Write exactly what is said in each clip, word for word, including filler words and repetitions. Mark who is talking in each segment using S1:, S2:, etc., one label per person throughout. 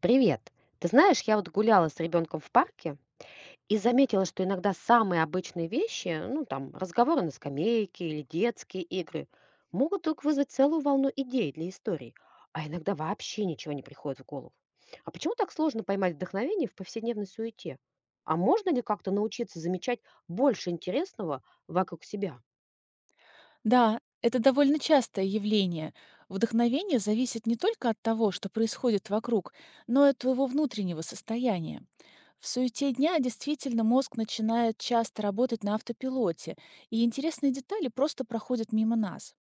S1: Привет. Ты знаешь, я вот гуляла с ребенком в парке и заметила, что иногда самые обычные вещи, ну там разговоры на скамейке или детские игры, могут вдруг вызвать целую волну идей для историй, а иногда вообще ничего не приходит в голову. А почему так сложно поймать вдохновение в повседневной суете? А можно ли как-то научиться замечать больше интересного вокруг себя?
S2: Да, это довольно частое явление. Вдохновение зависит не только от того, что происходит вокруг, но и от твоего внутреннего состояния. В суете дня действительно мозг начинает часто работать на автопилоте, и интересные детали просто проходят мимо нас.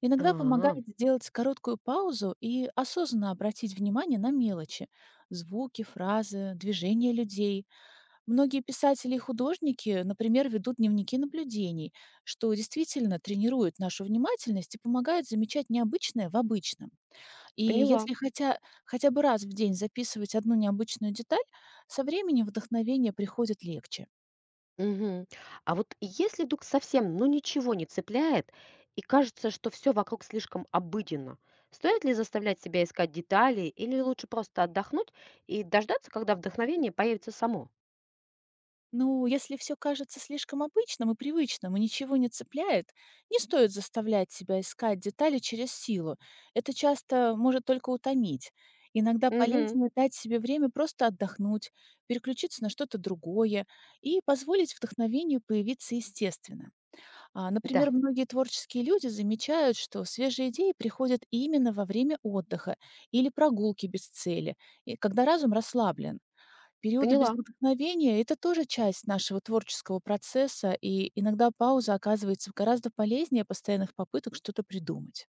S2: Иногда
S1: А,
S2: помогает сделать короткую паузу и осознанно обратить внимание на мелочи – звуки, фразы, движения людей. Многие писатели и художники, например, ведут дневники наблюдений, что действительно тренирует нашу внимательность и помогает замечать необычное в обычном. И
S1: поняла.
S2: если хотя, хотя бы раз в день записывать одну необычную деталь, со временем вдохновение приходит легче.
S1: Мгм. А вот если вдруг совсем, ну, ничего не цепляет и кажется, что все вокруг слишком обыденно, стоит ли заставлять себя искать детали или лучше просто отдохнуть и дождаться, когда вдохновение появится само?
S2: Ну, если все кажется слишком обычным и привычным, и ничего не цепляет, не стоит заставлять себя искать детали через силу. Это часто может только утомить. Иногда
S1: Мгм.
S2: полезнее дать себе время просто отдохнуть, переключиться на что-то другое и позволить вдохновению появиться естественно. А,
S1: Да,
S2: Например, многие творческие люди замечают, что свежие идеи приходят именно во время отдыха или прогулки без цели, и когда разум расслаблен. Периоды без
S1: поняла.
S2: вдохновения – это тоже часть нашего творческого процесса, и иногда пауза оказывается гораздо полезнее постоянных попыток что-то придумать.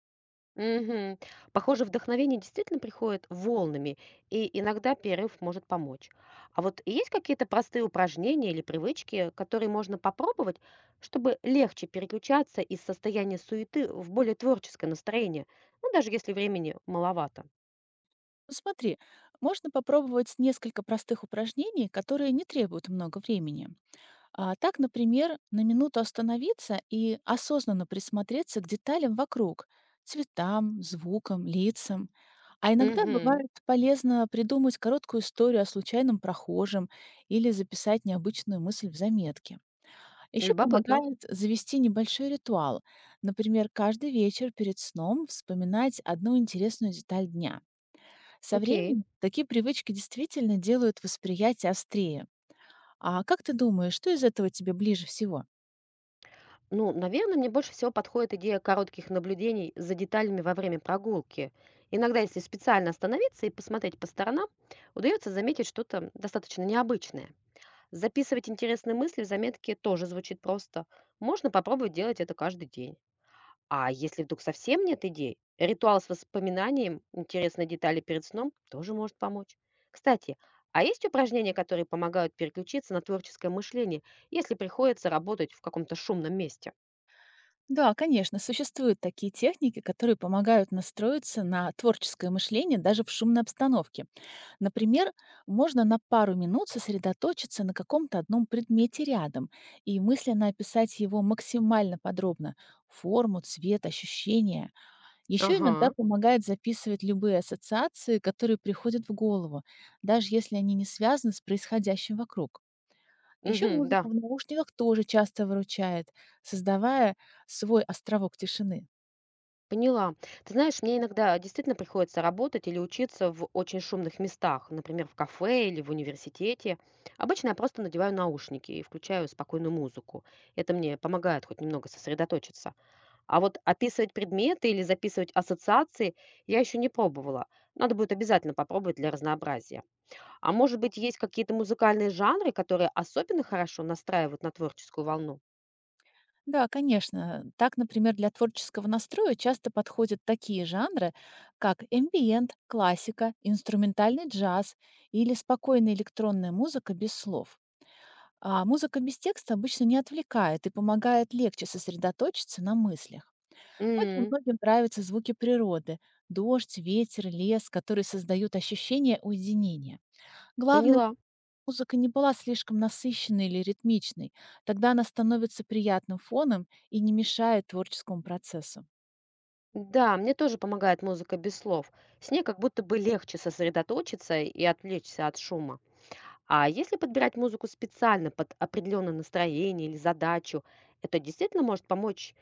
S1: Мгм. Похоже, вдохновение действительно приходит волнами, и иногда перерыв может помочь. А вот есть какие-то простые упражнения или привычки, которые можно попробовать, чтобы легче переключаться из состояния суеты в более творческое настроение, ну, даже если времени маловато?
S2: Ну, смотри, можно попробовать несколько простых упражнений, которые не требуют много времени. А так, например, на минуту остановиться и осознанно присмотреться к деталям вокруг, цветам, звукам, лицам. А иногда
S1: Угу.
S2: бывает полезно придумать короткую историю о случайном прохожем или записать необычную мысль в заметке. Еще
S1: Любопытно.
S2: помогает завести небольшой ритуал. Например, каждый вечер перед сном вспоминать одну интересную деталь дня. Со
S1: Окей.
S2: временем такие привычки действительно делают восприятие острее. А как ты думаешь, что из этого тебе ближе всего?
S1: Ну, наверное, мне больше всего подходит идея коротких наблюдений за деталями во время прогулки. Иногда, если специально остановиться и посмотреть по сторонам, удается заметить что-то достаточно необычное. Записывать интересные мысли в заметке тоже звучит просто. Можно попробовать делать это каждый день. А если вдруг совсем нет идей, ритуал с воспоминанием интересной детали перед сном тоже может помочь. Кстати, а есть упражнения, которые помогают переключиться на творческое мышление, если приходится работать в каком-то шумном месте?
S2: Да, конечно, существуют такие техники, которые помогают настроиться на творческое мышление даже в шумной обстановке. Например, можно на пару минут сосредоточиться на каком-то одном предмете рядом и мысленно описать его максимально подробно – форму, цвет, ощущения. Еще иногда
S1: Ага,
S2: помогает записывать любые ассоциации, которые приходят в голову, даже если они не связаны с происходящим вокруг. Еще
S1: мгм,
S2: музыка
S1: да,
S2: в наушниках тоже часто выручает, создавая свой островок тишины.
S1: поняла. Ты знаешь, мне иногда действительно приходится работать или учиться в очень шумных местах, например, в кафе или в университете. Обычно я просто надеваю наушники и включаю спокойную музыку. Это мне помогает хоть немного сосредоточиться. А вот описывать предметы или записывать ассоциации я еще не пробовала. Надо будет обязательно попробовать для разнообразия. А может быть, есть какие-то музыкальные жанры, которые особенно хорошо настраивают на творческую волну?
S2: Да, конечно. Так, например, для творческого настроя часто подходят такие жанры, как эмбиент, классика, инструментальный джаз или спокойная электронная музыка без слов. А музыка без текста обычно не отвлекает и помогает легче сосредоточиться на мыслях. Также
S1: М,
S2: многим нравятся звуки природы – дождь, ветер, лес, которые создают ощущение уединения. Главное,
S1: поняла.
S2: музыка не была слишком насыщенной или ритмичной, тогда она становится приятным фоном и не мешает творческому процессу.
S1: Да, мне тоже помогает музыка без слов. С ней как будто бы легче сосредоточиться и отвлечься от шума. А если подбирать музыку специально под определенное настроение или задачу, это действительно может помочь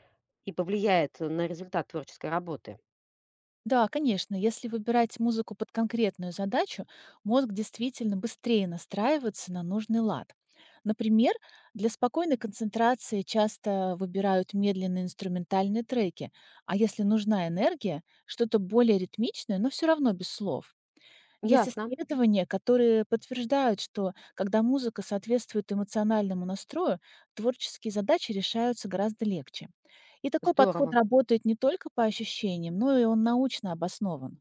S1: и повлияет на результат творческой работы.
S2: Да, конечно, если выбирать музыку под конкретную задачу, мозг действительно быстрее настраивается на нужный лад. Например, для спокойной концентрации часто выбирают медленные инструментальные треки, а если нужна энергия, что-то более ритмичное, но все равно без слов. Есть
S1: Ясно.
S2: исследования, которые подтверждают, что когда музыка соответствует эмоциональному настрою, творческие задачи решаются гораздо легче. И такой подход
S1: Здорово.
S2: работает не только по ощущениям, но и он научно обоснован.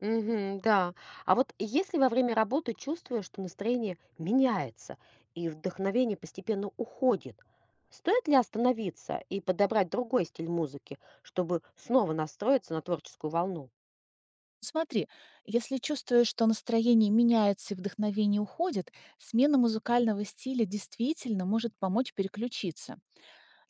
S1: Мгм, да. А вот если во время работы чувствуешь, что настроение меняется и вдохновение постепенно уходит, стоит ли остановиться и подобрать другой стиль музыки, чтобы снова настроиться на творческую волну?
S2: Смотри, если чувствуешь, что настроение меняется и вдохновение уходит, смена музыкального стиля действительно может помочь переключиться.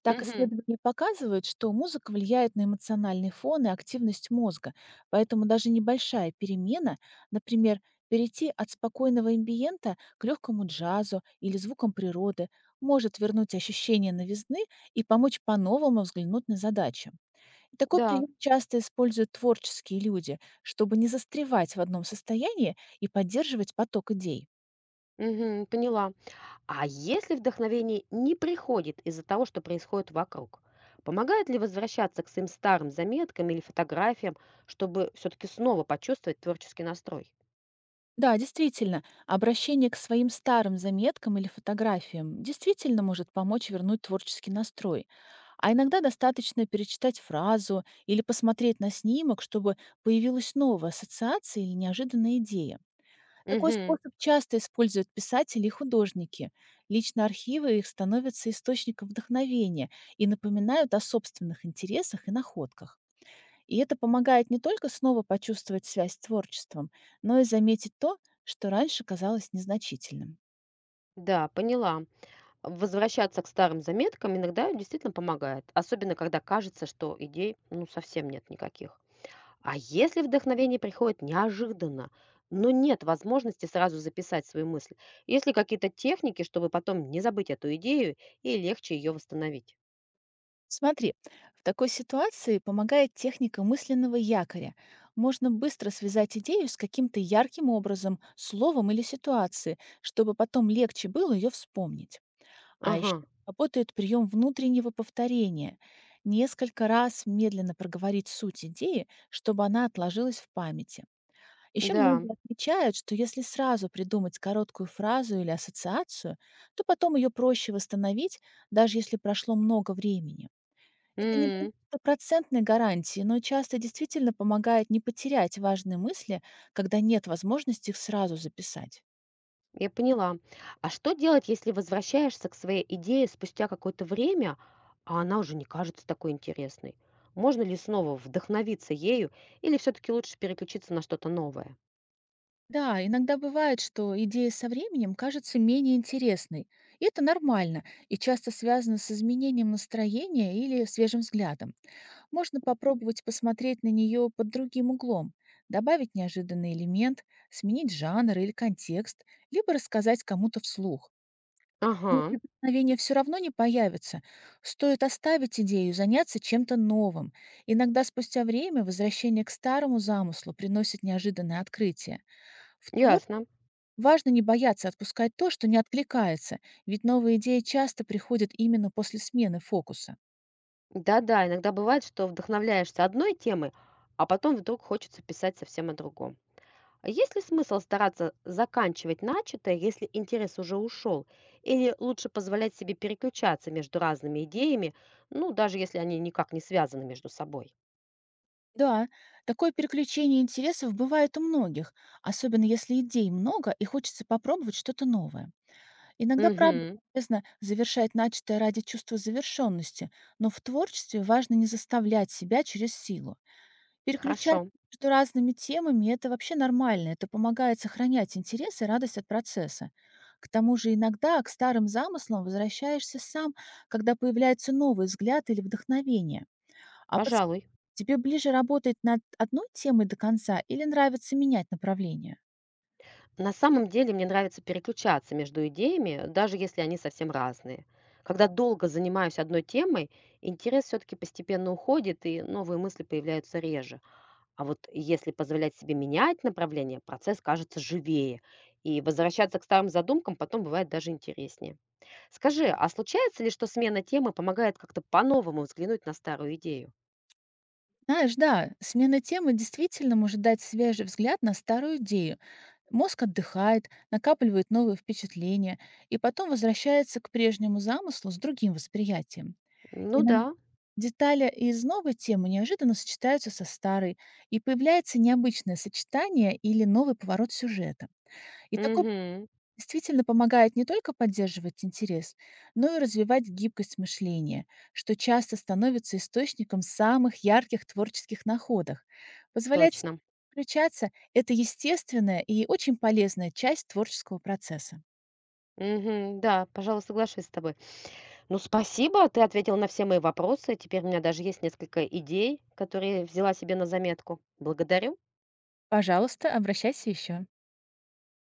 S2: Так,
S1: Мгм,
S2: исследования показывают, что музыка влияет на эмоциональный фон и активность мозга, поэтому даже небольшая перемена, например, перейти от спокойного амбиента к легкому джазу или звукам природы, может вернуть ощущение новизны и помочь по-новому взглянуть на задачи. И такой
S1: да,
S2: прием часто используют творческие люди, чтобы не застревать в одном состоянии и поддерживать поток идей.
S1: мгм, поняла. А если вдохновение не приходит из-за того, что происходит вокруг, помогает ли возвращаться к своим старым заметкам или фотографиям, чтобы все-таки снова почувствовать творческий настрой?
S2: Да, действительно, обращение к своим старым заметкам или фотографиям действительно может помочь вернуть творческий настрой. А иногда достаточно перечитать фразу или посмотреть на снимок, чтобы появилась новая ассоциация или неожиданная идея. Такой
S1: Мгм,
S2: способ часто используют писатели и художники. Лично архивы их становятся источником вдохновения и напоминают о собственных интересах и находках. И это помогает не только снова почувствовать связь с творчеством, но и заметить то, что раньше казалось незначительным.
S1: да, поняла. Возвращаться к старым заметкам иногда действительно помогает, особенно когда кажется, что идей ну совсем нет никаких. А если вдохновение приходит неожиданно, но нет возможности сразу записать свою мысль, есть ли какие-то техники, чтобы потом не забыть эту идею и легче ее восстановить?
S2: Смотри, в такой ситуации помогает техника мысленного якоря. Можно быстро связать идею с каким-то ярким образом, словом или ситуацией, чтобы потом легче было ее вспомнить. А
S1: Ага,
S2: еще работает прием внутреннего повторения. Несколько раз медленно проговорить суть идеи, чтобы она отложилась в памяти. Еще
S1: да.
S2: многие отмечают, что если сразу придумать короткую фразу или ассоциацию, то потом ее проще восстановить, даже если прошло много времени. Это не прям
S1: М.
S2: стопроцентной гарантии, но часто действительно помогает не потерять важные мысли, когда нет возможности их сразу записать.
S1: Я поняла. А что делать, если возвращаешься к своей идее спустя какое-то время, а она уже не кажется такой интересной? Можно ли снова вдохновиться ею или все-таки лучше переключиться на что-то новое?
S2: Да, иногда бывает, что идея со временем кажется менее интересной. И это нормально, и часто связано с изменением настроения или свежим взглядом. Можно попробовать посмотреть на нее под другим углом, добавить неожиданный элемент, сменить жанр или контекст, либо рассказать кому-то вслух.
S1: Ага,
S2: Если вдохновение все равно не появится, стоит оставить идею и заняться чем-то новым. Иногда спустя время возвращение к старому замыслу приносит неожиданное открытие. В
S1: ясно.
S2: Важно не бояться отпускать то, что не откликается, ведь новые идеи часто приходят именно после смены фокуса.
S1: Да-да, иногда бывает, что вдохновляешься одной темой, а потом вдруг хочется писать совсем о другом. А есть ли смысл стараться заканчивать начатое, если интерес уже ушел? Или лучше позволять себе переключаться между разными идеями, ну, даже если они никак не связаны между собой?
S2: Да, такое переключение интересов бывает у многих, особенно если идей много и хочется попробовать что-то новое. Иногда, правда,
S1: Угу,
S2: полезно завершать начатое ради чувства завершенности, но в творчестве важно не заставлять себя через силу. Переключаться
S1: хорошо,
S2: между разными темами – это вообще нормально, это помогает сохранять интерес и радость от процесса. К тому же иногда к старым замыслам возвращаешься сам, когда появляется новый взгляд или вдохновение. А подс-
S1: пожалуй.
S2: Тебе ближе работать над одной темой до конца или нравится менять направление?
S1: На самом деле мне нравится переключаться между идеями, даже если они совсем разные. Когда долго занимаюсь одной темой, интерес все-таки постепенно уходит, и новые мысли появляются реже. А вот если позволять себе менять направление, процесс кажется живее, и возвращаться к старым задумкам потом бывает даже интереснее. Скажи, а случается ли, что смена темы помогает как-то по-новому взглянуть на старую идею?
S2: Знаешь, да, смена темы действительно может дать свежий взгляд на старую идею. Мозг отдыхает, накапливает новые впечатления и потом возвращается к прежнему замыслу с другим восприятием.
S1: Ну
S2: Иногда
S1: да,
S2: детали из новой темы неожиданно сочетаются со старой, и появляется необычное сочетание или новый поворот сюжета. И такой
S1: угу,
S2: Действительно помогает не только поддерживать интерес, но и развивать гибкость мышления, что часто становится источником самых ярких творческих находок. Позволять себе
S1: точно.
S2: включаться – это естественная и очень полезная часть творческого процесса.
S1: Угу, да, пожалуй, соглашусь с тобой. Ну, спасибо, ты ответил на все мои вопросы. Теперь у меня даже есть несколько идей, которые взяла себе на заметку. Благодарю.
S2: Пожалуйста, обращайся еще.